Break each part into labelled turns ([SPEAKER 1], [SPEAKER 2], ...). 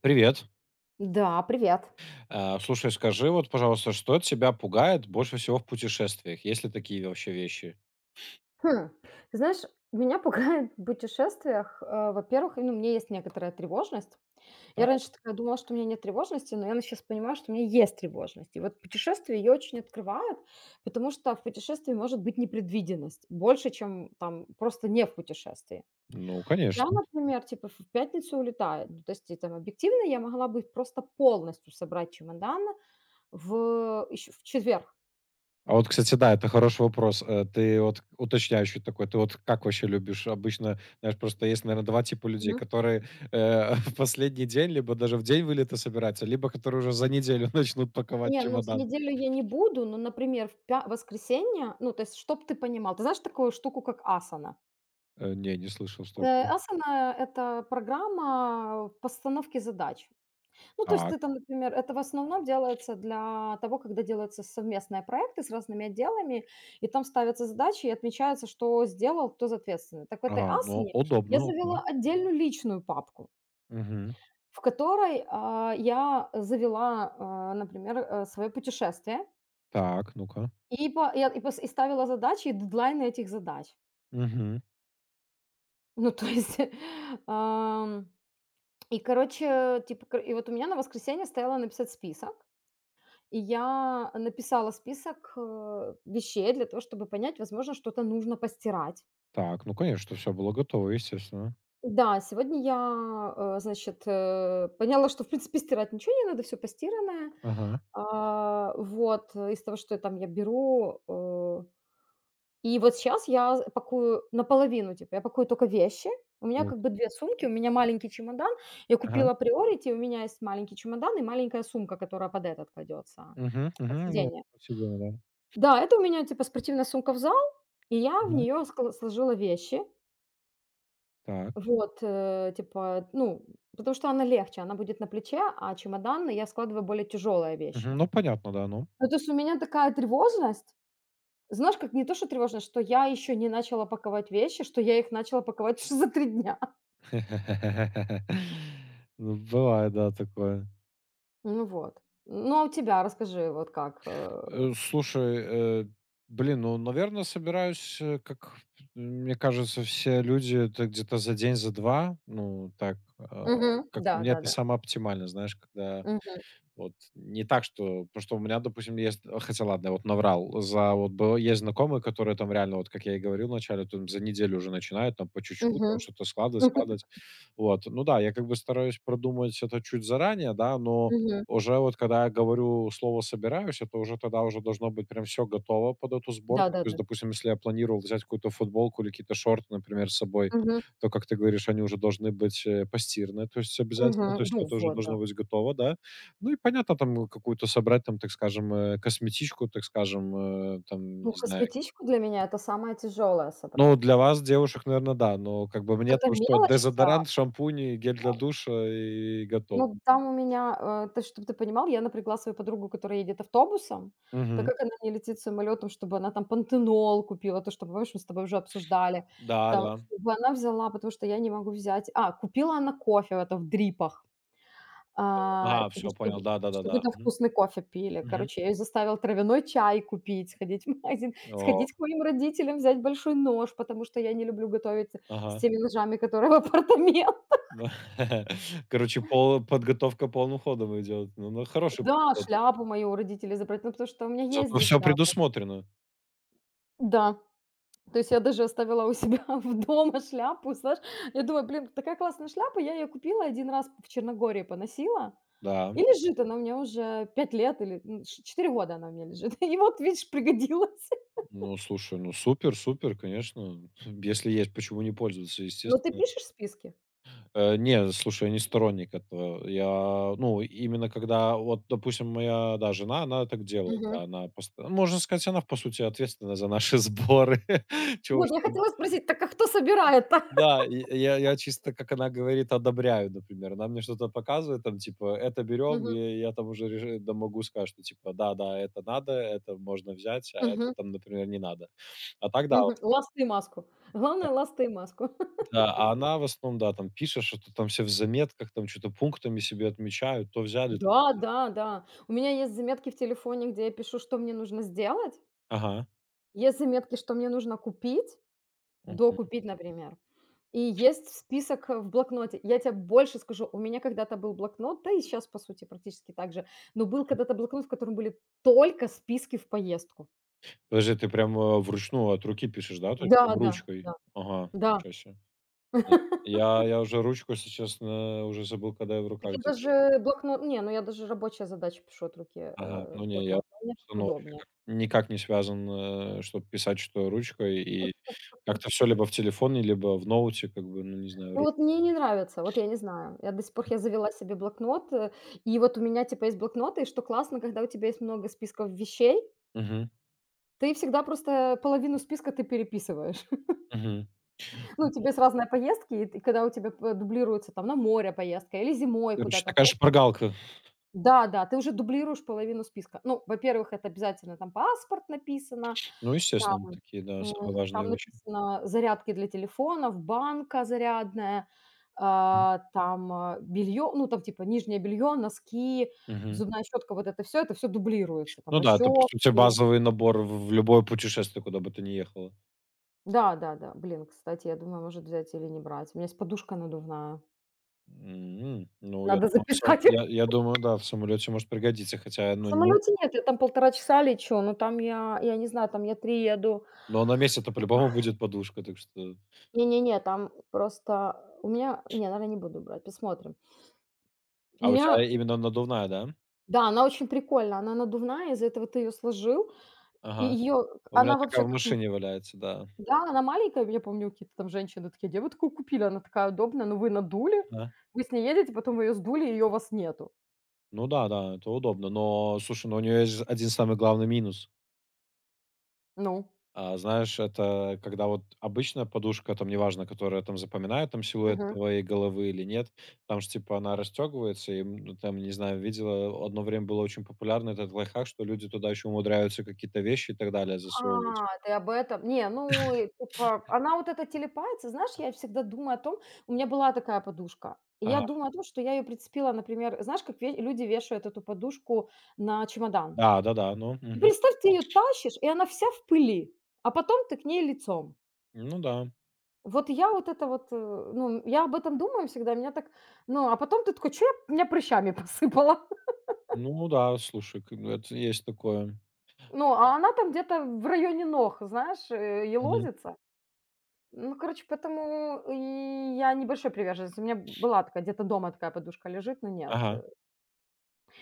[SPEAKER 1] Привет.
[SPEAKER 2] Да, привет.
[SPEAKER 1] Слушай, скажи вот, пожалуйста, что тебя пугает больше всего в путешествиях? Есть ли такие вообще вещи?
[SPEAKER 2] Хм, ты знаешь, меня пугает в путешествиях, во-первых, ну, у меня есть некоторая тревожность. Я
[SPEAKER 1] Так,
[SPEAKER 2] раньше такая думала, что у меня нет тревожности, но я сейчас понимаю, что у меня есть тревожность. И вот путешествия ее очень открывают, потому что в путешествии может быть непредвиденность больше, чем там просто не в путешествии.
[SPEAKER 1] ну,
[SPEAKER 2] Я,
[SPEAKER 1] конечно.
[SPEAKER 2] например, типа в пятницу улетаю, ну, то есть и там объективно я могла бы просто полностью собрать чемодан ещё в четверг.
[SPEAKER 1] А вот, кстати, да, это хороший вопрос. Ты вот уточняющий такой, ты вот как вообще любишь? Обычно, знаешь, просто есть, наверное, два типа людей, которые в последний день, либо даже в день вылета собираются, либо которые уже за неделю начнут паковать
[SPEAKER 2] Не, ну, за
[SPEAKER 1] чемодан.
[SPEAKER 2] неделю я не буду, но, например, в пя воскресенье, ну, то есть, чтоб ты понимал, ты знаешь такую штуку, как асана?
[SPEAKER 1] Не, не слышал, что
[SPEAKER 2] Э,
[SPEAKER 1] это.
[SPEAKER 2] асана- это программа постановки задач. Ну, то есть
[SPEAKER 1] Так,
[SPEAKER 2] ты там, например, это в основном делается для того, когда делаются совместные проекты с разными отделами, и там ставятся задачи, и отмечается, что сделал, кто за ответственный. Так в этой
[SPEAKER 1] ага, ну,
[SPEAKER 2] асане я
[SPEAKER 1] удобно, окей.
[SPEAKER 2] завела отдельную личную папку,
[SPEAKER 1] Мгм.
[SPEAKER 2] в которой, я завела, например, свое путешествие.
[SPEAKER 1] Так, ну-ка.
[SPEAKER 2] И по я и пос и ставила задачи, и дедлайны этих задач.
[SPEAKER 1] Мгм.
[SPEAKER 2] Ну, то есть, ам, и, короче, типа, к и вот у меня на воскресенье стояло написать список, и я написала список, вещей для того, чтобы понять, возможно, что-то нужно постирать.
[SPEAKER 1] Так, ну конечно, все было готово, естественно.
[SPEAKER 2] Да, сегодня я, значит, поняла, что, в принципе, стирать ничего не надо, все постиранное.
[SPEAKER 1] Ага.
[SPEAKER 2] А, вот, из того, что я беру, И вот сейчас я з пакую наполовину, типа, я пакую только вещи. У меня как
[SPEAKER 1] Лук.
[SPEAKER 2] бы 2 сумки, у меня маленький чемодан. Я
[SPEAKER 1] Ага.
[SPEAKER 2] купила Priority, у меня есть маленький чемодан и маленькая сумка, которая под этот кладется,
[SPEAKER 1] Мгм,
[SPEAKER 2] под
[SPEAKER 1] мгм. Ну,
[SPEAKER 2] сиденье.
[SPEAKER 1] посидела, да.
[SPEAKER 2] Да, это у меня, типа, спортивная сумка в зал, и я в
[SPEAKER 1] Мгм.
[SPEAKER 2] нее сложила вещи.
[SPEAKER 1] Так.
[SPEAKER 2] Вот, типа, ну, потому что она легче, она будет на плече, а чемодан я складываю более тяжелые вещи.
[SPEAKER 1] Мгм. Ну, понятно, да, ну.
[SPEAKER 2] Ну, то есть у меня такая тревожность. Знаешь, как не то, что тревожно, что я еще не начала паковать вещи, что я их начала паковать уже за 3 дня.
[SPEAKER 1] Ну, бывает, да, такое.
[SPEAKER 2] Ну вот. Ну, а у тебя расскажи, вот как?
[SPEAKER 1] Слушай, блин, ну, наверное, собираюсь, как, мне кажется, все люди, это где-то за день, за 2, ну, так, а,
[SPEAKER 2] Мгм.
[SPEAKER 1] как мне это
[SPEAKER 2] Да-да-да.
[SPEAKER 1] самое оптимально, знаешь, когда.
[SPEAKER 2] Мгм.
[SPEAKER 1] Вот не так, что потому что у меня, допустим, есть а, хотя ладно, я вот наврал. За вот было есть знакомые, которые там реально, вот как я и говорил вначале, там за неделю уже начинают там по чуть-чуть там
[SPEAKER 2] Мгм.
[SPEAKER 1] что-то складывать, складывать. Вот. Ну да, я как бы стараюсь продумать это чуть заранее, да, но
[SPEAKER 2] Мгм.
[SPEAKER 1] уже вот когда я говорю слово «собираюсь», это уже тогда уже должно быть прям все готово под эту сборку. То есть,
[SPEAKER 2] Да-да-да.
[SPEAKER 1] допустим, если я планировал взять какую-то футболку или какие-то шорты, например, с собой,
[SPEAKER 2] Мгм.
[SPEAKER 1] то, как ты говоришь, они уже должны быть, постиранные, то есть
[SPEAKER 2] Мгм.
[SPEAKER 1] обязательно, то есть
[SPEAKER 2] Ну
[SPEAKER 1] это уже
[SPEAKER 2] вот, да.
[SPEAKER 1] должно быть готово, да. Ну и понятно, там, какую-то собрать, там, так скажем, косметичку, так скажем, там, не
[SPEAKER 2] Ну,
[SPEAKER 1] знаю.
[SPEAKER 2] косметичку для меня- это самое тяжелое
[SPEAKER 1] Ну,
[SPEAKER 2] собрать.
[SPEAKER 1] для вас, девушек, наверно, да, но как бы
[SPEAKER 2] Вот
[SPEAKER 1] мне
[SPEAKER 2] эта
[SPEAKER 1] там что:
[SPEAKER 2] мелочь вся.
[SPEAKER 1] дезодорант, шампунь, и гель для душа и готов.
[SPEAKER 2] Ну, там у меня, то чтобы ты понимал, я напрягла свою подругу, которая едет автобусом, так
[SPEAKER 1] Мгм.
[SPEAKER 2] как она не летит самолетом, чтобы она там пантенол купила, то, что, помнишь, мы с тобой уже обсуждали,
[SPEAKER 1] Да,
[SPEAKER 2] там,
[SPEAKER 1] да.
[SPEAKER 2] чтобы она взяла, потому что я не могу взять. А, купила она кофе это в дрипах,
[SPEAKER 1] Ага,
[SPEAKER 2] типа,
[SPEAKER 1] все понял.
[SPEAKER 2] чтобы
[SPEAKER 1] Да-да-да-да.
[SPEAKER 2] там
[SPEAKER 1] Мгм.
[SPEAKER 2] вкусный кофе пили.
[SPEAKER 1] Мгм.
[SPEAKER 2] Короче, я ее заставила травяной чай купить, сходить в магазин,
[SPEAKER 1] О,
[SPEAKER 2] сходить к моим родителям, взять большой нож, потому что я не люблю готовить с
[SPEAKER 1] ага.
[SPEAKER 2] теми ножами, которые в апартаментах.
[SPEAKER 1] Да. Короче, пол подготовка полным ходом идет. Ну ну, хороший
[SPEAKER 2] Да,
[SPEAKER 1] подход.
[SPEAKER 2] шляпу мою у родителей забрать, ну, потому что у меня есть
[SPEAKER 1] Зато
[SPEAKER 2] здесь
[SPEAKER 1] все
[SPEAKER 2] шляпа.
[SPEAKER 1] предусмотрено.
[SPEAKER 2] Да, то есть я даже оставила у себя в дома шляпу, знаешь. Я думаю: "Блин, такая классная шляпа". Я ее купила один раз в Черногории, поносила,
[SPEAKER 1] Да.
[SPEAKER 2] и лежит она у меня уже 5 лет или, м, ш 4 года она у меня лежит. И вот, видишь, пригодилась.
[SPEAKER 1] Ну, слушай, ну супер супер, конечно. Если есть, почему не пользоваться,
[SPEAKER 2] Но ты
[SPEAKER 1] естественно.
[SPEAKER 2] пишешь списки?
[SPEAKER 1] Не, слушай, я не сторонник этого. Я, ну, именно когда, вот, допустим, моя, да, жена, она так делает,
[SPEAKER 2] Мгм.
[SPEAKER 1] да, она пост ну, можно сказать, она, по сути, ответственна за наши сборы. Чего
[SPEAKER 2] Вот
[SPEAKER 1] уж
[SPEAKER 2] я
[SPEAKER 1] там.
[SPEAKER 2] хотела спросить, так а кто собирает-то?
[SPEAKER 1] Да, и я чисто, как она говорит, одобряю, например. Она мне что-то показывает, там, типа, это берем,
[SPEAKER 2] Мгм,
[SPEAKER 1] и я там уже реже да, могу сказать, что, типа, да, да, это надо, это можно взять, а
[SPEAKER 2] мгм,
[SPEAKER 1] это там, например, не надо. А так да, вот,
[SPEAKER 2] мгм. Ласты и маску.
[SPEAKER 1] да.
[SPEAKER 2] Главное ласты и маску.
[SPEAKER 1] Да, а она в основном, да, там пишет, что там все в заметках, там что то пунктами себе отмечают, то взяли.
[SPEAKER 2] Да, да, да. У меня есть заметки в телефоне, где я пишу, что мне нужно сделать.
[SPEAKER 1] Ага.
[SPEAKER 2] Есть заметки, что мне нужно купить,
[SPEAKER 1] М.
[SPEAKER 2] докупить, например. И есть список в блокноте. Я тебе больше скажу, у меня когда-то был блокнот, да и сейчас, по сути, практически так же, но был когда-то блокнот, в котором были только списки в поездку.
[SPEAKER 1] Подожди, ты прям, вручную от руки пишешь, да? То есть
[SPEAKER 2] Да,
[SPEAKER 1] прям
[SPEAKER 2] да,
[SPEAKER 1] ручкой?
[SPEAKER 2] да,
[SPEAKER 1] Ага,
[SPEAKER 2] да.
[SPEAKER 1] ничего себе. Не, я уже ручку, если честно, уже забыл, когда я в
[SPEAKER 2] Так
[SPEAKER 1] руках
[SPEAKER 2] я
[SPEAKER 1] держал.
[SPEAKER 2] даже блокнот. Не, ну я даже рабочие задачи пишу от руки
[SPEAKER 1] Ага.
[SPEAKER 2] в
[SPEAKER 1] Ну не, я
[SPEAKER 2] блокнот. Мне
[SPEAKER 1] просто,
[SPEAKER 2] так
[SPEAKER 1] ну, вообще
[SPEAKER 2] удобнее.
[SPEAKER 1] как никак не связан, чтобы писать что ручкой, и как-то все либо в телефоне, либо в ноуте, как бы, ну, не знаю,
[SPEAKER 2] Ну
[SPEAKER 1] руч
[SPEAKER 2] вот мне не нравится, вот я не знаю. Я до сих пор я завела себе блокнот, и вот у меня типа есть блокноты, и что классно, когда у тебя есть много списков вещей,
[SPEAKER 1] Мгм,
[SPEAKER 2] ты всегда просто половину списка ты переписываешь.
[SPEAKER 1] мгм.
[SPEAKER 2] Ну, тебе с разные поездки, и когда у тебя дублируется там на море поездка или зимой
[SPEAKER 1] Короче,
[SPEAKER 2] куда-то
[SPEAKER 1] такая
[SPEAKER 2] поездка.
[SPEAKER 1] шпаргалка.
[SPEAKER 2] Да, да, ты уже дублируешь половину списка. Ну, во-первых, это обязательно там паспорт написано.
[SPEAKER 1] Ну, естественно,
[SPEAKER 2] Там,
[SPEAKER 1] такие, да,
[SPEAKER 2] м,
[SPEAKER 1] самые
[SPEAKER 2] там
[SPEAKER 1] важные вещи.
[SPEAKER 2] написано: зарядки для телефонов, банка зарядная,
[SPEAKER 1] Мгм.
[SPEAKER 2] там, белье, ну, там типа нижнее белье, носки,
[SPEAKER 1] Мгм.
[SPEAKER 2] зубная щетка, вот это все дублируется, там
[SPEAKER 1] Ну да, это, по сути,
[SPEAKER 2] расчески.
[SPEAKER 1] базовый набор в любое путешествие, куда бы ты ни ехала.
[SPEAKER 2] Да-да-да. Блин, кстати, я думаю, может взять или не брать. У меня есть подушка надувная.
[SPEAKER 1] М, ну, я
[SPEAKER 2] Надо
[SPEAKER 1] думаю, всё
[SPEAKER 2] записать.
[SPEAKER 1] я думаю, да, в самолете может пригодиться, хотя,
[SPEAKER 2] В
[SPEAKER 1] ну, не
[SPEAKER 2] самолете нет, я там 1,5 часа лечу, но там я не знаю, там я 3 еду.
[SPEAKER 1] но на месте-то по-любому будет подушка, так что.
[SPEAKER 2] Не-не-не, там просто у меня не, наверное, не буду брать, посмотрим. У
[SPEAKER 1] А у тебя
[SPEAKER 2] меня.
[SPEAKER 1] именно надувная, да?
[SPEAKER 2] Да, она очень прикольная, она надувная, из за этого ты ее сложил, и
[SPEAKER 1] Ага.
[SPEAKER 2] ее,
[SPEAKER 1] У меня
[SPEAKER 2] она
[SPEAKER 1] такая
[SPEAKER 2] вообще
[SPEAKER 1] в
[SPEAKER 2] как ну
[SPEAKER 1] машине валяется, да.
[SPEAKER 2] да, она маленькая, я помню, какие-то там женщины такие: "Где вы такую купили?" Она такая удобная. Но вы надули,
[SPEAKER 1] Ага.
[SPEAKER 2] вы с ней едете, потом вы ее сдули, ее у вас нету.
[SPEAKER 1] Ну да, да, это удобно, но, слушай, но у нее есть один самый главный минус.
[SPEAKER 2] Ну.
[SPEAKER 1] А, знаешь, это когда вот обычная подушка, там неважно, которая там запоминает там силуэт
[SPEAKER 2] Мгм.
[SPEAKER 1] твоей головы или нет, там же типа она расстегивается, и ну, там, не знаю, видела, одно время было очень популярно этот лайфхак, что люди туда еще умудряются какие-то вещи и так далее засовывать.
[SPEAKER 2] А, ты об этом. Не, ну, и типа, она вот эта телепается. Знаешь, я всегда думаю о том. У меня была такая подушка, и я
[SPEAKER 1] Ага.
[SPEAKER 2] думаю о том, что я ее прицепила, например, знаешь, как ве люди вешают эту подушку на чемодан?
[SPEAKER 1] Да, да, да, ну,
[SPEAKER 2] И
[SPEAKER 1] мгм.
[SPEAKER 2] представь, ты ее тащишь, и она вся в пыли, а потом ты к ней лицом.
[SPEAKER 1] Ну да.
[SPEAKER 2] Вот я вот это вот, ну, я об этом думаю всегда, меня так ну, а потом ты такой: "Чё я меня прыщами посыпала?"
[SPEAKER 1] Ну да, слушай, как бы это есть такое.
[SPEAKER 2] Ну, а она там где-то в районе ног, знаешь,
[SPEAKER 1] Мгм.
[SPEAKER 2] елозится. Ну, короче, поэтому и я не большой приверженец. У меня была такая, где-то дома такая подушка лежит, но нет.
[SPEAKER 1] Ага.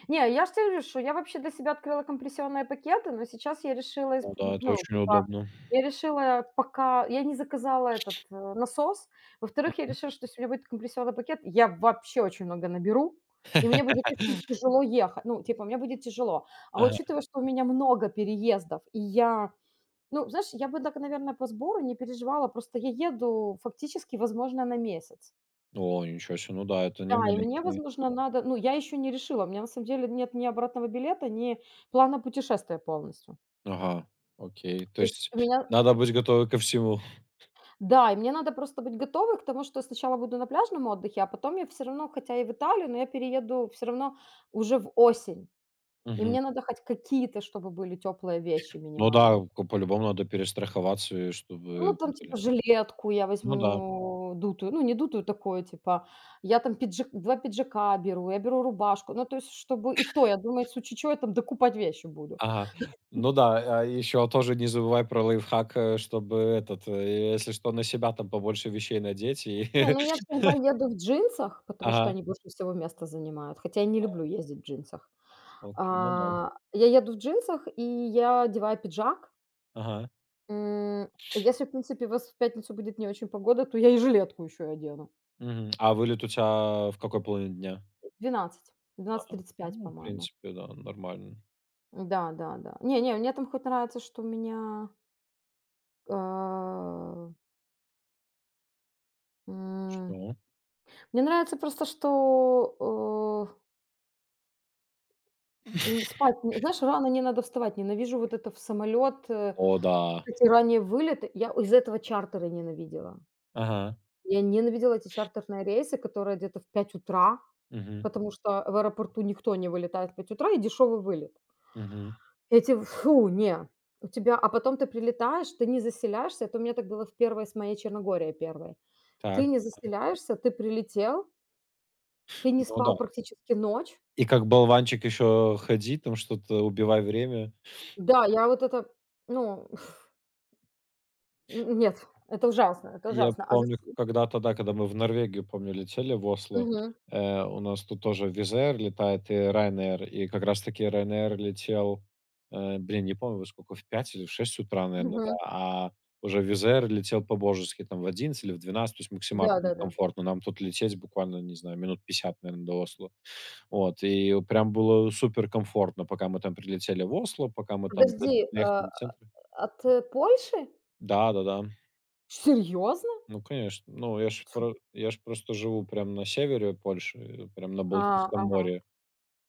[SPEAKER 2] Не, я ж те говорю, что я вообще для себя открыла компрессионные пакеты, но сейчас я решила, исп
[SPEAKER 1] Ну да, это
[SPEAKER 2] ну,
[SPEAKER 1] очень
[SPEAKER 2] типа,
[SPEAKER 1] удобно.
[SPEAKER 2] я решила, пока я не заказала этот, насос. Во-вторых, я
[SPEAKER 1] Мгм.
[SPEAKER 2] решила, что если у меня будет компрессионный пакет, я вообще очень много наберу, и мне будет очень тяжело ехать. Ну, типа, мне будет тяжело. А
[SPEAKER 1] Ага.
[SPEAKER 2] учитывая, что у меня много переездов, и я, ну, знаешь, я бы так, наверное, по сбору не переживала, просто я еду фактически, возможно, на месяц.
[SPEAKER 1] О, ничего себе, ну да, это не
[SPEAKER 2] Да, и мне,
[SPEAKER 1] маленькие.
[SPEAKER 2] возможно, надо ну, я еще не решила. У меня на самом деле нет ни обратного билета, ни плана путешествия полностью.
[SPEAKER 1] Ага, окей. То
[SPEAKER 2] То есть
[SPEAKER 1] есть
[SPEAKER 2] у меня
[SPEAKER 1] надо быть готовым ко всему.
[SPEAKER 2] да, и мне надо просто быть готовой к тому, что сначала буду на пляжном отдыхе, а потом я все равно, хотя и в Италию, но я перееду все равно уже в осень. И
[SPEAKER 1] Мгм.
[SPEAKER 2] мне надо хоть какие-то, чтобы были теплые вещи
[SPEAKER 1] Ну да,
[SPEAKER 2] минимально.
[SPEAKER 1] ко по-любому надо перестраховаться, и
[SPEAKER 2] Ну,
[SPEAKER 1] чтобы
[SPEAKER 2] там,
[SPEAKER 1] были.
[SPEAKER 2] типа, жилетку я
[SPEAKER 1] Ну да.
[SPEAKER 2] возьму дутую, ну, не дутую, такую, типа, я там пиджак 2 пиджака беру, я беру рубашку. Ну, то есть, чтобы и то, я думаю, если чё, я там докупать вещи буду.
[SPEAKER 1] Ага. Ну да, а еще тоже не забывай про лайфхак, чтобы этот, если что, на себя там побольше вещей надеть и
[SPEAKER 2] Не, ну я всегда еду в джинсах, потому что
[SPEAKER 1] Ага.
[SPEAKER 2] они больше всего места занимают, хотя я не люблю ездить в джинсах.
[SPEAKER 1] Окей, ну да.
[SPEAKER 2] А, я еду в джинсах, и я одеваю пиджак.
[SPEAKER 1] Ага.
[SPEAKER 2] М, если, в принципе, у вас в пятницу будет не очень погода, то я и жилетку еще одену.
[SPEAKER 1] Мгм. А вылет у тя в какой половине дня?
[SPEAKER 2] 12, двенадцать
[SPEAKER 1] Ага.
[SPEAKER 2] тридцать пять,
[SPEAKER 1] Ну, в
[SPEAKER 2] по-моему.
[SPEAKER 1] принципе, да, нормально.
[SPEAKER 2] Да, да, да. Не не, мне там хоть нравится, что у меня, а, м,
[SPEAKER 1] Что?
[SPEAKER 2] мне нравится просто, что, спать, знаешь, рано не надо вставать. Ненавижу вот это в самолет.
[SPEAKER 1] О да.
[SPEAKER 2] Кстати, ранние вылеты я из-за этого чартеры ненавидела.
[SPEAKER 1] Ага.
[SPEAKER 2] Я ненавидела эти чартерные рейсы, которые где-то в 5 утра,
[SPEAKER 1] Мгм.
[SPEAKER 2] потому что в аэропорту никто не вылетает в 5 утра, и дешевый вылет.
[SPEAKER 1] Мгм.
[SPEAKER 2] Эти, фу, не. У тебя, а потом ты прилетаешь, ты не заселяешься. Это у меня так было в первой с моей Черногорией первой. Ты
[SPEAKER 1] Так.
[SPEAKER 2] не заселяешься, ты прилетел, ты не
[SPEAKER 1] Ну да.
[SPEAKER 2] спал практически ночь.
[SPEAKER 1] И как болванчик еще ходи, там что-то убивай время.
[SPEAKER 2] Да, я вот это, ну, н нет, это ужасно, это
[SPEAKER 1] Я
[SPEAKER 2] ужасно. А зас
[SPEAKER 1] помню, когда-то, да, когда мы в Норвегию, помню, летели, в Осло,
[SPEAKER 2] Мгм,
[SPEAKER 1] у нас тут тоже Wizz Air летает и Ryanair. И как раз таки Ryanair летел, блин, не помню во сколько, в 5 или в 6 утра, наверное. Да.
[SPEAKER 2] мгм.
[SPEAKER 1] А уже Wizz Air летел по-божески там в 11 или в 12, то есть максимально
[SPEAKER 2] Да-да-да.
[SPEAKER 1] комфортно. Нам тут лететь буквально, не знаю, минут 50, наверное, до Осло. Вот, и прям было супер комфортно, пока мы там прилетели в Осло, пока мы там д
[SPEAKER 2] Подожди, э
[SPEAKER 1] доехали до центра.
[SPEAKER 2] От, э, Польши?
[SPEAKER 1] Да-да-да.
[SPEAKER 2] Серьезно?
[SPEAKER 1] Ну, конечно. Ну, я ж
[SPEAKER 2] Ть
[SPEAKER 1] про я ж просто живу прям на севере Польши, прям на
[SPEAKER 2] А, а,
[SPEAKER 1] Балтийском море.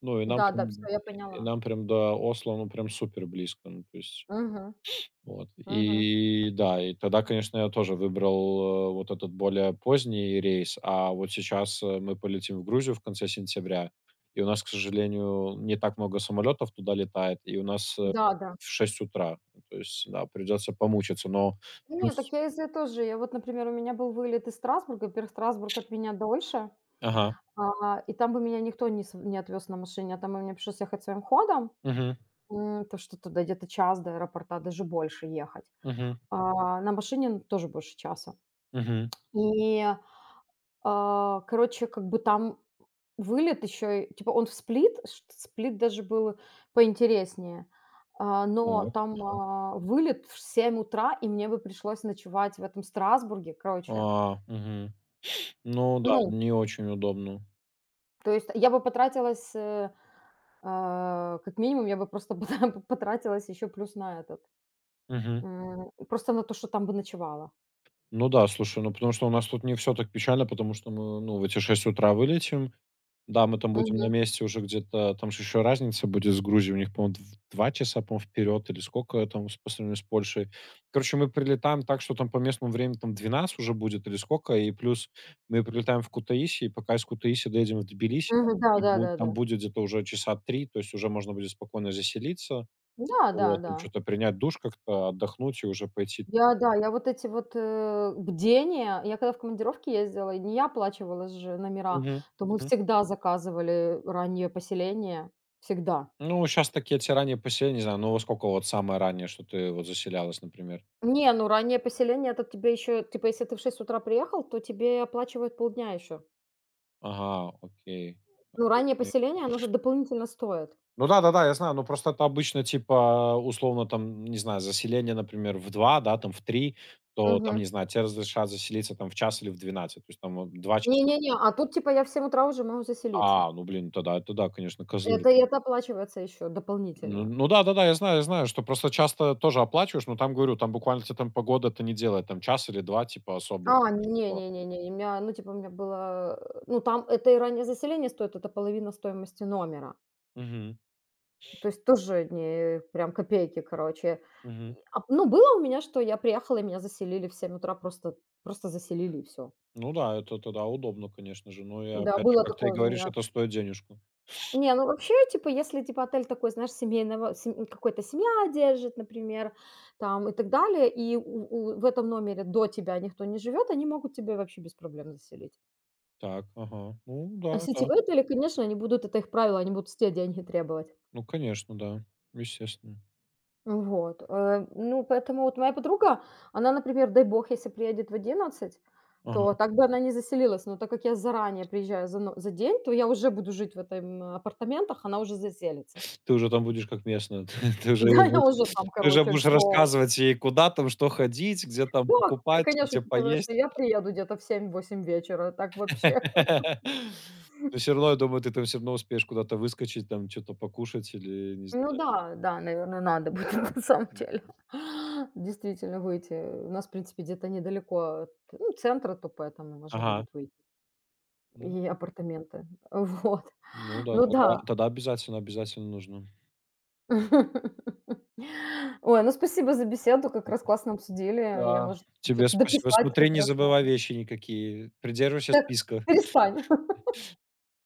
[SPEAKER 1] Ну, и нам
[SPEAKER 2] да-да, всё,
[SPEAKER 1] прям
[SPEAKER 2] я
[SPEAKER 1] и
[SPEAKER 2] поняла.
[SPEAKER 1] нам прям до Осло, ну, прям супер близко. Ну, то есть
[SPEAKER 2] Мгм,
[SPEAKER 1] вот.
[SPEAKER 2] мгм.
[SPEAKER 1] И да, и тогда, конечно, я тоже выбрал, вот этот более поздний рейс, а вот сейчас, мы полетим в Грузию в конце сентября, и у нас, к сожалению, не так много самолетов туда летает, и у нас,
[SPEAKER 2] Да-да.
[SPEAKER 1] в 6 утра. То есть, да, придется помучиться, но
[SPEAKER 2] Не,
[SPEAKER 1] плюс.
[SPEAKER 2] так я из-за тоже. Я вот, например, у меня был вылет из Страсбурга. Во-первых, Страсбург от меня дольше,
[SPEAKER 1] Ага.
[SPEAKER 2] и там бы меня никто не св не отвез на машине, а там бы мне пришлось ехать своим ходом.
[SPEAKER 1] Мгм.
[SPEAKER 2] То, что туда где-то час до аэропорта, даже больше ехать.
[SPEAKER 1] Мгм.
[SPEAKER 2] А на машине, ну, тоже больше часа.
[SPEAKER 1] Мгм.
[SPEAKER 2] И а, короче, как бы там вылет еще, и типа он в Сплит даже был поинтереснее, но
[SPEAKER 1] Так.
[SPEAKER 2] там, вылет в 7 утра, и мне бы пришлось ночевать в этом Страсбурге, короче.
[SPEAKER 1] А, мгм. Ну да,
[SPEAKER 2] Ну,
[SPEAKER 1] не очень удобно.
[SPEAKER 2] то есть я бы потратилась, как минимум, я бы просто пота потратилась еще плюс на этот,
[SPEAKER 1] Мгм.
[SPEAKER 2] просто на то, что там бы ночевала.
[SPEAKER 1] Ну да, слушай, ну потому что у нас тут не все так печально, потому что мы, ну, в эти 6 утра вылетим. Да, мы там будем на
[SPEAKER 2] Мгм.
[SPEAKER 1] месте уже где-то, там же еще разница будет с Грузией, у них, по-моему, дв 2 часа, по-моему, вперед или сколько там с по сравнению с Польшей. Короче, мы прилетаем так, что там по местному времени там 12 уже будет или сколько, и плюс мы прилетаем в Кутаиси, и пока из Кутаиси доедем в Тбилиси,
[SPEAKER 2] Мгм. Да
[SPEAKER 1] там
[SPEAKER 2] да
[SPEAKER 1] будет
[SPEAKER 2] да
[SPEAKER 1] там
[SPEAKER 2] да.
[SPEAKER 1] будет где-то уже часа 3, то есть уже можно будет спокойно заселиться.
[SPEAKER 2] Да да
[SPEAKER 1] Вот, там
[SPEAKER 2] да.
[SPEAKER 1] что то принять душ как-то, отдохнуть и уже пойти.
[SPEAKER 2] Я, да, я вот эти вот, бдения, я когда в командировке ездила, и не я оплачивала же номера,
[SPEAKER 1] Мгм.
[SPEAKER 2] то мы
[SPEAKER 1] Мгм.
[SPEAKER 2] всегда заказывали раннее поселение, всегда.
[SPEAKER 1] Ну, сейчас такие эти ранние поселения, не знаю, ну, во сколько вот самое раннее, что ты вот заселялась, например?
[SPEAKER 2] Не, ну раннее поселение- это тебе еще, типа, если ты в 6 утра приехал, то тебе оплачивают полдня еще.
[SPEAKER 1] Ага, окей,
[SPEAKER 2] Ну, раннее
[SPEAKER 1] окей.
[SPEAKER 2] поселение, оно же дополнительно стоит.
[SPEAKER 1] Ну да-да-да, я знаю, но просто это обычно типа, условно, там, не знаю, заселение, например, в 2, да, там в 3, то там,
[SPEAKER 2] Мгм.
[SPEAKER 1] не знаю, те разрешат заселиться там в час или в 12, то есть там вот 2 часа.
[SPEAKER 2] Не-не-не, а тут, типа, я в 7 утра уже могу заселиться.
[SPEAKER 1] А, ну блин, тогда это да, конечно, козыр.
[SPEAKER 2] Это и это оплачивается еще
[SPEAKER 1] Ну
[SPEAKER 2] дополнительно.
[SPEAKER 1] ну да-да-да, я знаю, что просто часто тоже оплачиваешь, но там, говорю, там буквально тебе там погода это не делает, там час или два типа особо,
[SPEAKER 2] А,
[SPEAKER 1] чё
[SPEAKER 2] не
[SPEAKER 1] такого.
[SPEAKER 2] не не не, у меня, ну, типа, у меня было, ну, там это и раннее заселение стоит, это половина стоимости номера.
[SPEAKER 1] Мгм,
[SPEAKER 2] То есть тоже не прям копейки, короче.
[SPEAKER 1] мгм.
[SPEAKER 2] И, ну, было у меня, что я приехала, и меня заселили в 7 утра, просто заселили и всё.
[SPEAKER 1] Ну да, это тогда удобно, конечно же. Но и
[SPEAKER 2] Да,
[SPEAKER 1] опять же,
[SPEAKER 2] было
[SPEAKER 1] как ты и
[SPEAKER 2] такое у
[SPEAKER 1] говоришь,
[SPEAKER 2] меня.
[SPEAKER 1] это стоит денежку.
[SPEAKER 2] Не, ну, вообще, типа, если, типа, отель такой, знаешь, семейного, сем какой-то семья держит, например, там и так далее, и у в этом номере до тебя никто не живет, они могут тебе вообще без проблем заселить.
[SPEAKER 1] Так, ага. Ну да,
[SPEAKER 2] А
[SPEAKER 1] да.
[SPEAKER 2] сетевые отели, конечно, они будут, это их правило, они будут с тебя деньги требовать.
[SPEAKER 1] Ну конечно, да, естественно.
[SPEAKER 2] Вот, ну, поэтому вот моя подруга, она, например, дай бог, если приедет в 11, то
[SPEAKER 1] Ага.
[SPEAKER 2] так бы она не заселилась, но так как я заранее приезжаю за день, то я уже буду жить в этом апартаментах, она уже заселится.
[SPEAKER 1] Ты уже там будешь как местная. Ты уже ей
[SPEAKER 2] Да, я
[SPEAKER 1] будешь
[SPEAKER 2] уже там,
[SPEAKER 1] ты уже
[SPEAKER 2] короче,
[SPEAKER 1] будешь
[SPEAKER 2] все.
[SPEAKER 1] рассказывать ей, куда там, что ходить, где там
[SPEAKER 2] Да,
[SPEAKER 1] покупать,
[SPEAKER 2] конечно,
[SPEAKER 1] где
[SPEAKER 2] учитывая, что
[SPEAKER 1] поесть.
[SPEAKER 2] я приеду где-то в 7-8 вечера, так вообще.
[SPEAKER 1] Но все равно, я думаю, ты там все равно успеешь куда-то выскочить, там что то покушать или не
[SPEAKER 2] Ну
[SPEAKER 1] знаю.
[SPEAKER 2] да, да, наверное, надо будет на самом
[SPEAKER 1] М.
[SPEAKER 2] деле. Действительно выйти. У нас, в принципе, где-то недалеко от, ну, центра, то поэтому можно
[SPEAKER 1] Ага.
[SPEAKER 2] будет выйти.
[SPEAKER 1] Ну.
[SPEAKER 2] И апартаменты. Вот.
[SPEAKER 1] Ну да,
[SPEAKER 2] Ну
[SPEAKER 1] тогда
[SPEAKER 2] да.
[SPEAKER 1] тогда обязательно, обязательно нужно.
[SPEAKER 2] Ой, ну спасибо за беседу, как раз классно обсудили. Я,
[SPEAKER 1] Да.
[SPEAKER 2] может, что
[SPEAKER 1] Тебе
[SPEAKER 2] то
[SPEAKER 1] спасибо.
[SPEAKER 2] дописать
[SPEAKER 1] Смотри,
[SPEAKER 2] как
[SPEAKER 1] не
[SPEAKER 2] раз надо.
[SPEAKER 1] забывай вещи никакие. Придерживайся
[SPEAKER 2] Так,
[SPEAKER 1] списка.
[SPEAKER 2] перестань.